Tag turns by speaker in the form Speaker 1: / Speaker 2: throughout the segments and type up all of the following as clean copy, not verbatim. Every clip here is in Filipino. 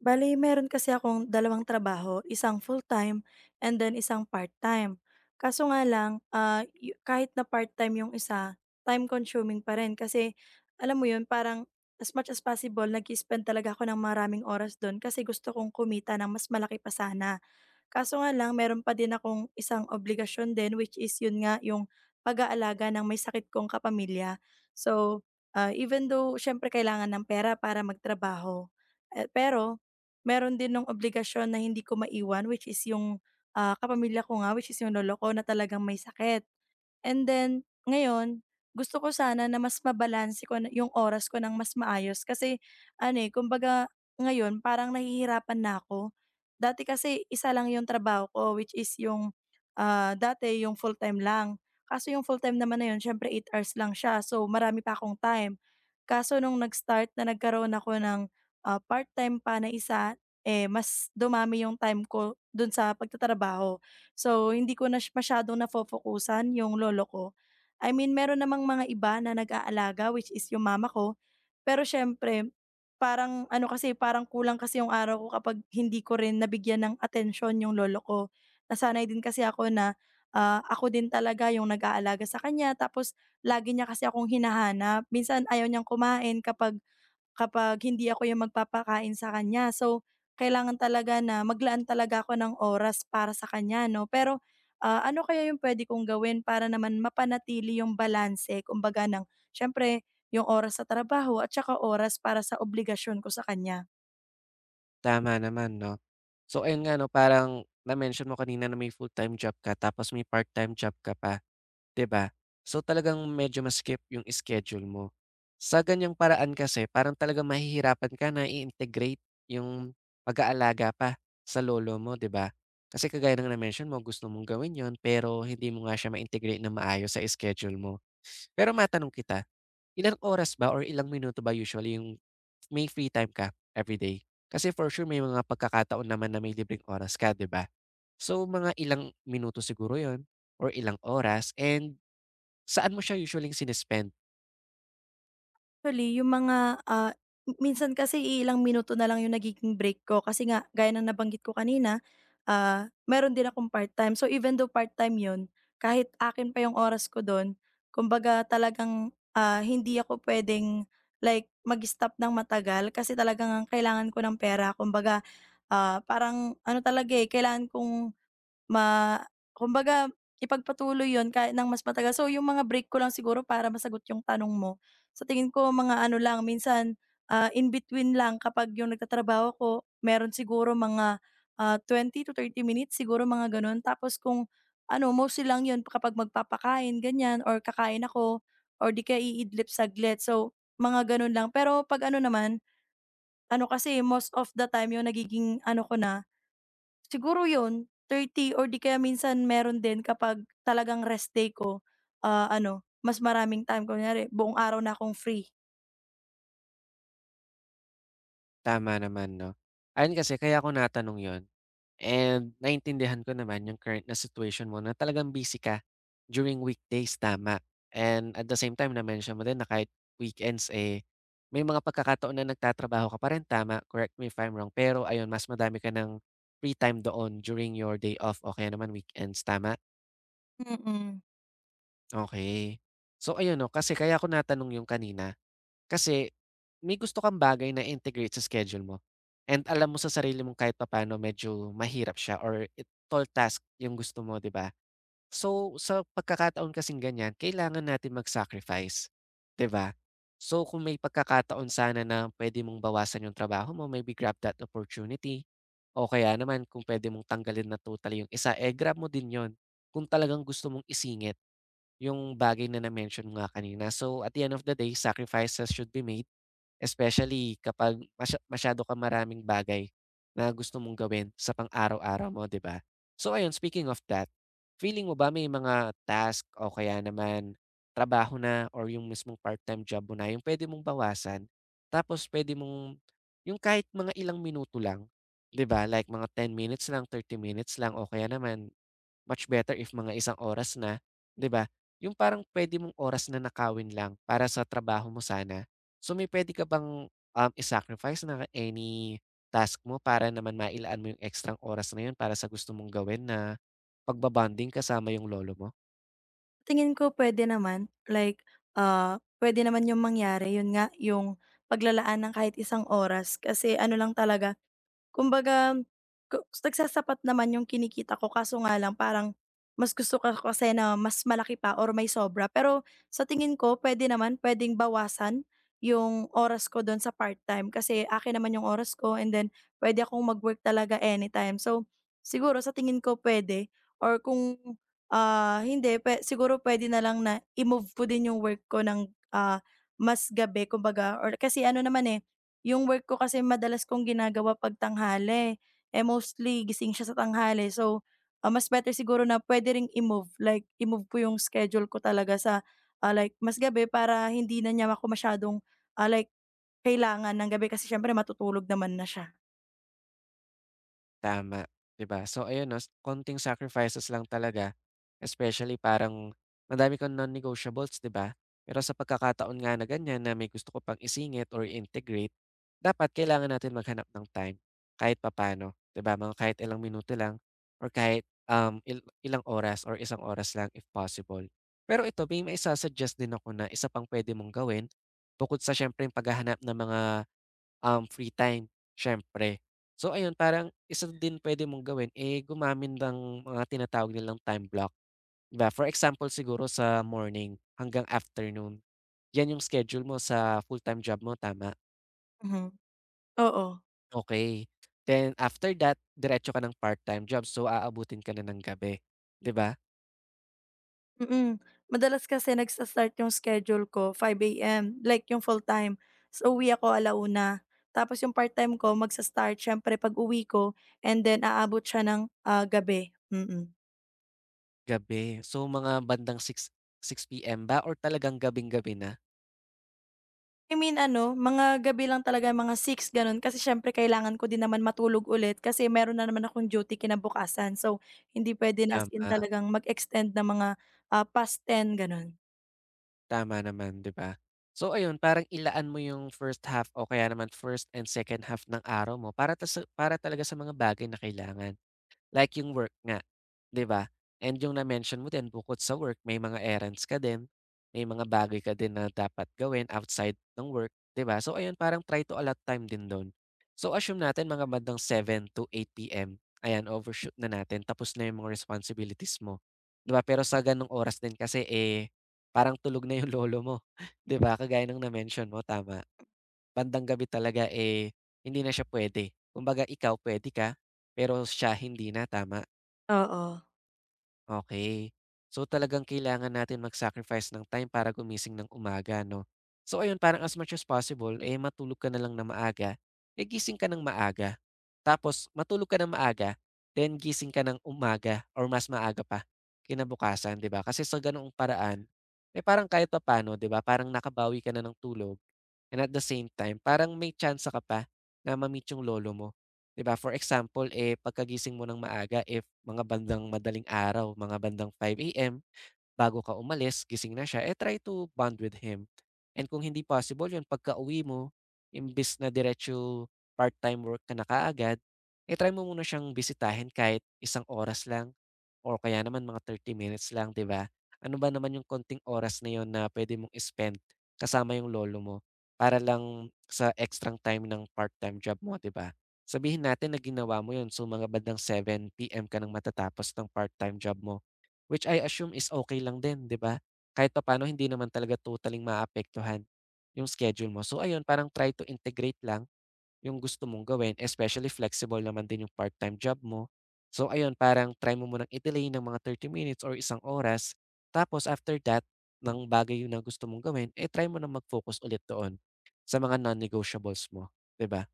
Speaker 1: Bale, meron kasi akong dalawang trabaho, isang full-time and then isang part-time. Kaso nga lang, ah, yu kahit na part-time yung isa, time consuming pa rin kasi alam mo yun, parang as much as possible nag spend talaga ako ng maraming oras dun kasi gusto kong kumita ng mas malaki pa sana. Kaso nga lang meron pa din akong isang obligasyon din which is yun nga yung pag-aalaga ng may sakit kong kapamilya. So, even though siyempre kailangan ng pera para magtrabaho, eh, pero meron din ng obligasyon na hindi ko maiwan which is yung kapamilya ko nga which is yung lolo ko na talagang may sakit. And then ngayon, gusto ko sana na mas mabalanse ko na yung oras ko ng mas maayos kasi ano, eh, kumbaga ngayon parang nahihirapan na ako. Dati kasi isa lang yung trabaho ko which is yung dati yung full-time lang. Kaso yung full-time naman na yun siyempre 8 hours lang siya, so marami pa akong time. Kaso nung nag-start na nagkaroon ako ng part-time pa na isa, eh, mas dumami yung time ko dun sa pagtatrabaho. So, hindi ko na siya masyadong nafo-focusan yung lolo ko. I mean, meron namang mga iba na nag-aalaga, which is yung mama ko. Pero siyempre, parang ano kasi, parang kulang kasi yung araw ko kapag hindi ko rin nabigyan ng atensyon yung lolo ko. Nasanay din kasi ako na ako din talaga yung nag-aalaga sa kanya. Tapos, lagi niya kasi akong hinahanap. Minsan, ayaw niyang kumain kapag kapag hindi ako yung magpapakain sa kanya. So, kailangan talaga na maglaan talaga ako ng oras para sa kanya 'no. Pero, ano kaya yung pwede kong gawin para naman mapanatili yung balanse kumbaga ng siyempre yung oras sa trabaho at saka oras para sa obligasyon ko sa kanya?
Speaker 2: Tama naman 'no. So ayun nga 'no, parang na-mention mo kanina na may full-time job ka tapos may part-time job ka pa, 'di ba? So talagang medyo masikip yung schedule mo. Sa ganiyang paraan kasi parang talagang mahihirapan ka na i-integrate yung pag-aalaga pa sa lolo mo, 'di ba? Kasi kagaya ng na-mention mo gusto mong gawin yon pero hindi mo nga siya ma-integrate ng maayos sa schedule mo. Pero matanong kita, ilang oras ba or ilang minuto ba usually yung may free time ka every day. Kasi for sure may mga pagkakataon naman na may libreng oras ka, 'di ba? So, mga ilang minuto siguro yon or ilang oras and saan mo siya usually sine
Speaker 1: Actually, minsan kasi ilang minuto na lang yung nagiging break ko kasi nga gaya ng nabanggit ko kanina, meron din akong part-time. So, even though part-time yun, kahit akin pa yung oras ko dun, kumbaga talagang hindi ako puwedeng like mag-stop ng matagal kasi talagang ang kailangan ko ng pera. Kumbaga, parang ano talaga, eh, kailangan kong Ma kumbaga ipagpatuloy yon kahit ng mas matagal. So, yung mga break ko lang siguro para masagot yung tanong mo, sa tingin ko mga ano lang minsan, in between lang kapag yung nagtatrabaho ko meron siguro 20 to thirty minutes siguro mga gano'n. Tapos kung ano mostly lang yon kapag magpapakain ganyan or kakain ako or 'di kaya iidlip saglit. So, mga gano'n lang. Pero 'pag ano naman, ano kasi most of the time yung nagiging ano ko na. Siguro 'yun, thirty or 'di kaya minsan meron din kapag talagang rest day ko, ano, mas maraming time. Kunyari buong araw na akong free.
Speaker 2: Tama naman 'no. Ayun kasi kaya ako natanong yon and naintindihan ko naman yung current na situation mo na talagang busy ka during weekdays, tama. And at the same time na-mention mo din na kahit weekends, eh, may mga pagkakataon na nagtatrabaho ka pa rin, tama? Correct me if I'm wrong. Pero ayun, mas madami ka ng free time doon during your day off o kaya naman weekends, tama?
Speaker 1: Mm.
Speaker 2: Okay. So ayun 'no, kasi kaya ako natanong yung kanina kasi may gusto kang bagay na integrate sa schedule mo and alam mo sa sarili mong kahit papaano medyo mahirap siya or it tall task yung gusto mo, 'di ba? So, sa pagkakataon kasing ganyan, kailangan natin mag-sacrifice, 'di ba? So, kung may pagkakataon sana na puwede mong bawasan yung trabaho mo, maybe grab that opportunity. O kaya naman kung puwede mong tanggalin na totally yung isa, eh grab mo din 'yon kung talagang gusto mong isingit yung bagay na na-mention mo nga kanina. So, at the end of the day, sacrifices should be made. Especially kapag masyado ka maraming bagay na gusto mong gawin sa pang-araw-araw mo, 'di ba? So ayun, speaking of that, feeling mo ba may mga task o kaya naman trabaho na or yung mismong part-time job mo na yung pwede mong bawasan tapos pwede mong yung kahit mga ilang minuto lang, 'di ba? Like mga 10 minutes lang, 30 minutes lang o kaya naman. Much better if mga isang oras na, 'di ba? Yung parang pwede mong oras na nakawin lang para sa trabaho mo sana. So, may puwede ka bang, i-sacrifice na any task mo para naman mailaan mo yung ekstrang oras na yun para sa gusto mong gawin na pagba-bonding kasama yung lolo mo?
Speaker 1: Tingin ko pwede naman, like, ah, puwede naman 'yung mangyari, 'yun nga, 'yung paglalaan ng kahit isang oras kasi ano lang talaga. Kumbaga, nagsasapat naman yung kinikita ko kaso nga lang parang mas gusto ko kasi na mas malaki pa or may sobra. Pero sa tingin ko pwede naman, puwedeng bawasan yung oras ko dun sa part-time kasi akin naman yung oras ko and then puwede akong mag-work talaga anytime. So, siguro sa tingin ko pwede or kung, ah, hindi pwe siguro pwede na lang na i-move ko din yung work ko ng, ah, mas gabi kumbaga or kasi ano naman, eh, yung work ko kasi madalas kong ginagawa 'pag tanghali, eh, mostly gising siya sa tanghali. So, mas better siguro na puwede ring i-move, like i-move ko yung schedule ko talaga sa like mas gabi para hindi na niya ako masyadong like kailangan ng gabi kasi siyempre matutulog naman na siya.
Speaker 2: Tama, 'di ba? So ayun 'no, konting sacrifices lang talaga, especially parang madami kang non-negotiables, 'di ba? Pero sa pagkakataon nga na ganyan na may gusto ko pang isingit or integrate, dapat kailangan natin maghanap ng time kahit papaano, 'di ba? Mga kahit ilang minuto lang or kahit, ilang oras or isang oras lang if possible. Pero ito may maisa-suggest din ako na isa pang pwede mong gawin bukod sa siyempre yung paghahanap ng mga, free time, siyempre. So ayun, parang isa din pwede mong gawin, eh, gumamit ng mga tinatawag nilang time block, 'di ba? For example siguro sa morning hanggang afternoon, 'yan yung schedule mo sa full-time job mo, tama?
Speaker 1: Mhm, oo.
Speaker 2: Okay. Then after that, diretso ka ng part-time job, so aabutin ka na ng gabi, 'di ba?
Speaker 1: Mm. Madalas kasi nagsa-start yung schedule ko 5 AM, like yung full-time. Ta's uuwi ako 1:00. Tapos yung part-time ko magsa-start siyempre pag-uwi ko and then aabot siya ng, ah, gabi, mm. Mm.
Speaker 2: Gabi. So mga bandang 6 PM ba or talagang gabing-gabi na?
Speaker 1: I mean ano, mga gabi lang talaga, mga six gano'n kasi siyempre kailangan ko din naman matulog ulit kasi meron na naman akong duty kinabukasan. So, hindi puwede na as in
Speaker 2: Tama.
Speaker 1: talagang mag-extend ng mga past ten gano'n,
Speaker 2: Tama naman, 'di ba? So ayun, parang ilaan mo yung first half o kaya naman first and second half ng araw mo para ta sa para talaga sa mga bagay na kailangan. Like yung work nga, 'di ba? And yung na-mention mo din bukod sa work may mga errands ka din, may mga bagay ka din na dapat gawin outside ng work, 'di ba? So ayun, parang try to allot time din dun. So assume natin mga bandang 7 to 8 PM, ayan overshoot na natin tapos na yung mga responsibilities mo, 'di ba? Pero sa gano'ng oras din kasi, eh, parang tulog na yung lolo mo, 'di ba? Kagaya ng na-mention mo, tama. Bandang gabi talaga, eh, hindi na siya puwede. Kumbaga ikaw puwede ka, pero siya hindi na, tama?
Speaker 1: oo.
Speaker 2: Okay. So, talagang kailangan natin mag-sacrifice ng time para gumising ng umaga 'no. So ayun, parang as much as possible, eh, matulog ka na lang ng maaga, eh, gising ka ng maaga. Tapos matulog ka ng maaga, then gising ka ng umaga or mas maaga pa kinabukasan, 'di ba? Kasi sa ganoong paraan, eh, parang kahit papaano, 'di ba, parang nakabawi ka na ng tulog. And at the same time, parang may chance ka pa na ma-meet yung lolo mo, 'di ba? For example, eh, pagkagising mo ng maaga, if mga bandang madaling araw, mga bandang 5 AM, bago ka umalis gising na siya, eh, try to bond with him. And kung hindi possible yun, pagkauwi mo imbis na diretso part-time work ka na kaagad, eh, try mo muna siyang bisitahin kahit isang oras lang or kaya naman mga 30 minutes lang, 'di ba? Ano ba naman yung konting oras na yun na pwede mong spend kasama yung lolo mo para lang sa extrang time ng part-time job mo, 'di ba? Sabihin natin na ginawa mo yun, so mga bandang 7 PM ka nang matatapos ng part-time job mo. Which I assume is okay lang din, 'di ba? Kahit papaano hindi naman talaga totaling maapektuhan yung schedule mo. So ayun, parang try to integrate lang yung gusto mong gawin, especially flexible naman din yung part-time job mo. So ayun, parang try mo munang i-delay ng mga 30 minutes or isang oras. Tapos after that, ng bagay yun na gusto mong gawin, eh, try mo na mag-focus ulit doon sa mga non-negotiables mo, 'di ba?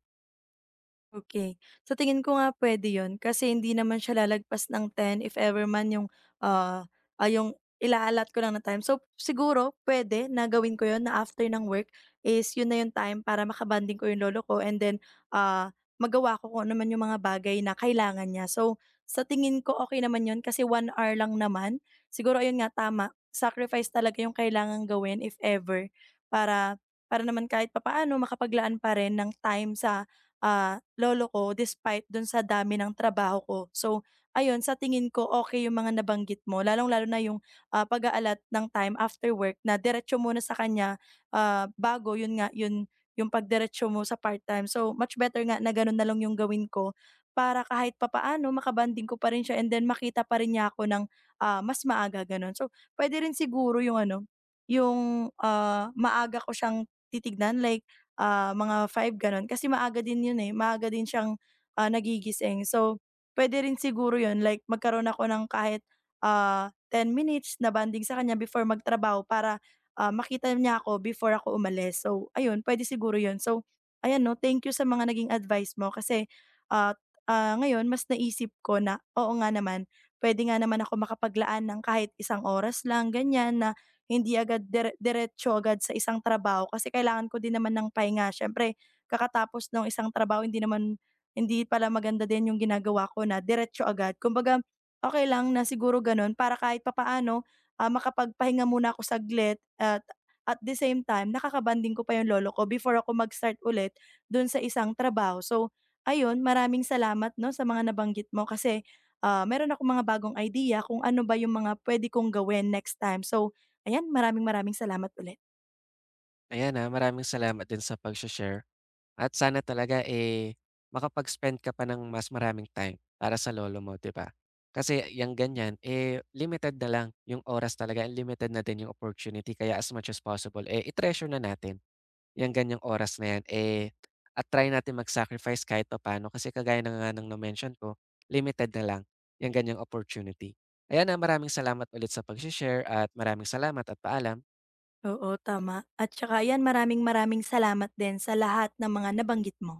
Speaker 1: Okay, sa tingin ko nga pwede 'yun kasi hindi naman siya lalagpas ng 10 if ever man yung, ah, yung ila ko lang na time. So, siguro pwede na gawin ko 'yun na after ng work is 'yun na yung time para makabanding ko yung lolo ko and then, ah, magawa ko kung ano man yung mga bagay na kailangan niya. So, sa tingin ko okay naman 'yun kasi one hour lang naman. Siguro ayun nga tama, sacrifice talaga yung kailangang gawin if ever para para naman kahit papaano makapaglaan pa rin ng time sa lolo ko despite dun sa dami ng trabaho ko. So, ayun sa tingin ko okay yung mga nabanggit mo lalong-lalo na yung, pag a ng time after work na diretso muna sa kanya, bago yun nga yun yung pagdiretso mo sa part-time. So, much better nga na ganun na lang yung gawin ko para kahit papaano makabanding ko pa rin siya and then makita pa rin niya ako ng mas maaga gano'n. So, puwede rin siguro yung ano, maaga ko siyang titignan like mga five gano'n kasi maaga din 'yun, eh, maaga din siyang nagigising. So, puwede rin siguro 'yun like magkaroon ako ng kahit, 10 minutes na bonding sa kanya before magtrabaho para, makita niya ako before ako umalis. So, ayun puwede siguro 'yun. So, ayan 'no, thank you sa mga naging advice mo kasi at, ngayon mas naisip ko na oo nga naman, puwede nga naman ako makapaglaan ng kahit isang oras lang ganiyan na hindi agad diretso agad sa isang trabaho kasi kailangan ko din naman ng pahinga. Siyempre kakatapos ng isang trabaho hindi pala maganda din yung ginagawa ko na diretso agad. Kumbaga, okay lang na siguro gano'n para kahit papaano, makapagpahinga muna ako saglit at the same time nakakabanding ko pa yung lolo ko before ako mag-start ulit dun sa isang trabaho. So, ayun maraming salamat 'no sa mga nabanggit mo kasi, meron ako mga bagong idea kung ano ba yung mga puwede kong gawin next time. So, ayan, maraming-maraming salamat ulit.
Speaker 2: Ayan, maraming salamat din sa pagshe-share. At sana talaga, eh, makapag-spend ka pa ng mas maraming time para sa lolo mo, 'di ba? Kasi yung ganyan, eh, limited na lang yung oras talaga and limited na din yung opportunity kaya as much as possible, eh, i-treasure na natin yung ganyang oras na 'yan, eh, at try natin mag-sacrifice kahit papaano kasi kagaya na nga ng na-mention ko, limited na lang yang ganyang opportunity. Ayan, maraming salamat ulit sa pagse-share at maraming salamat at paalam.
Speaker 1: Oo, tama. At saka ayan, maraming-maraming salamat din sa lahat ng mga nabanggit mo.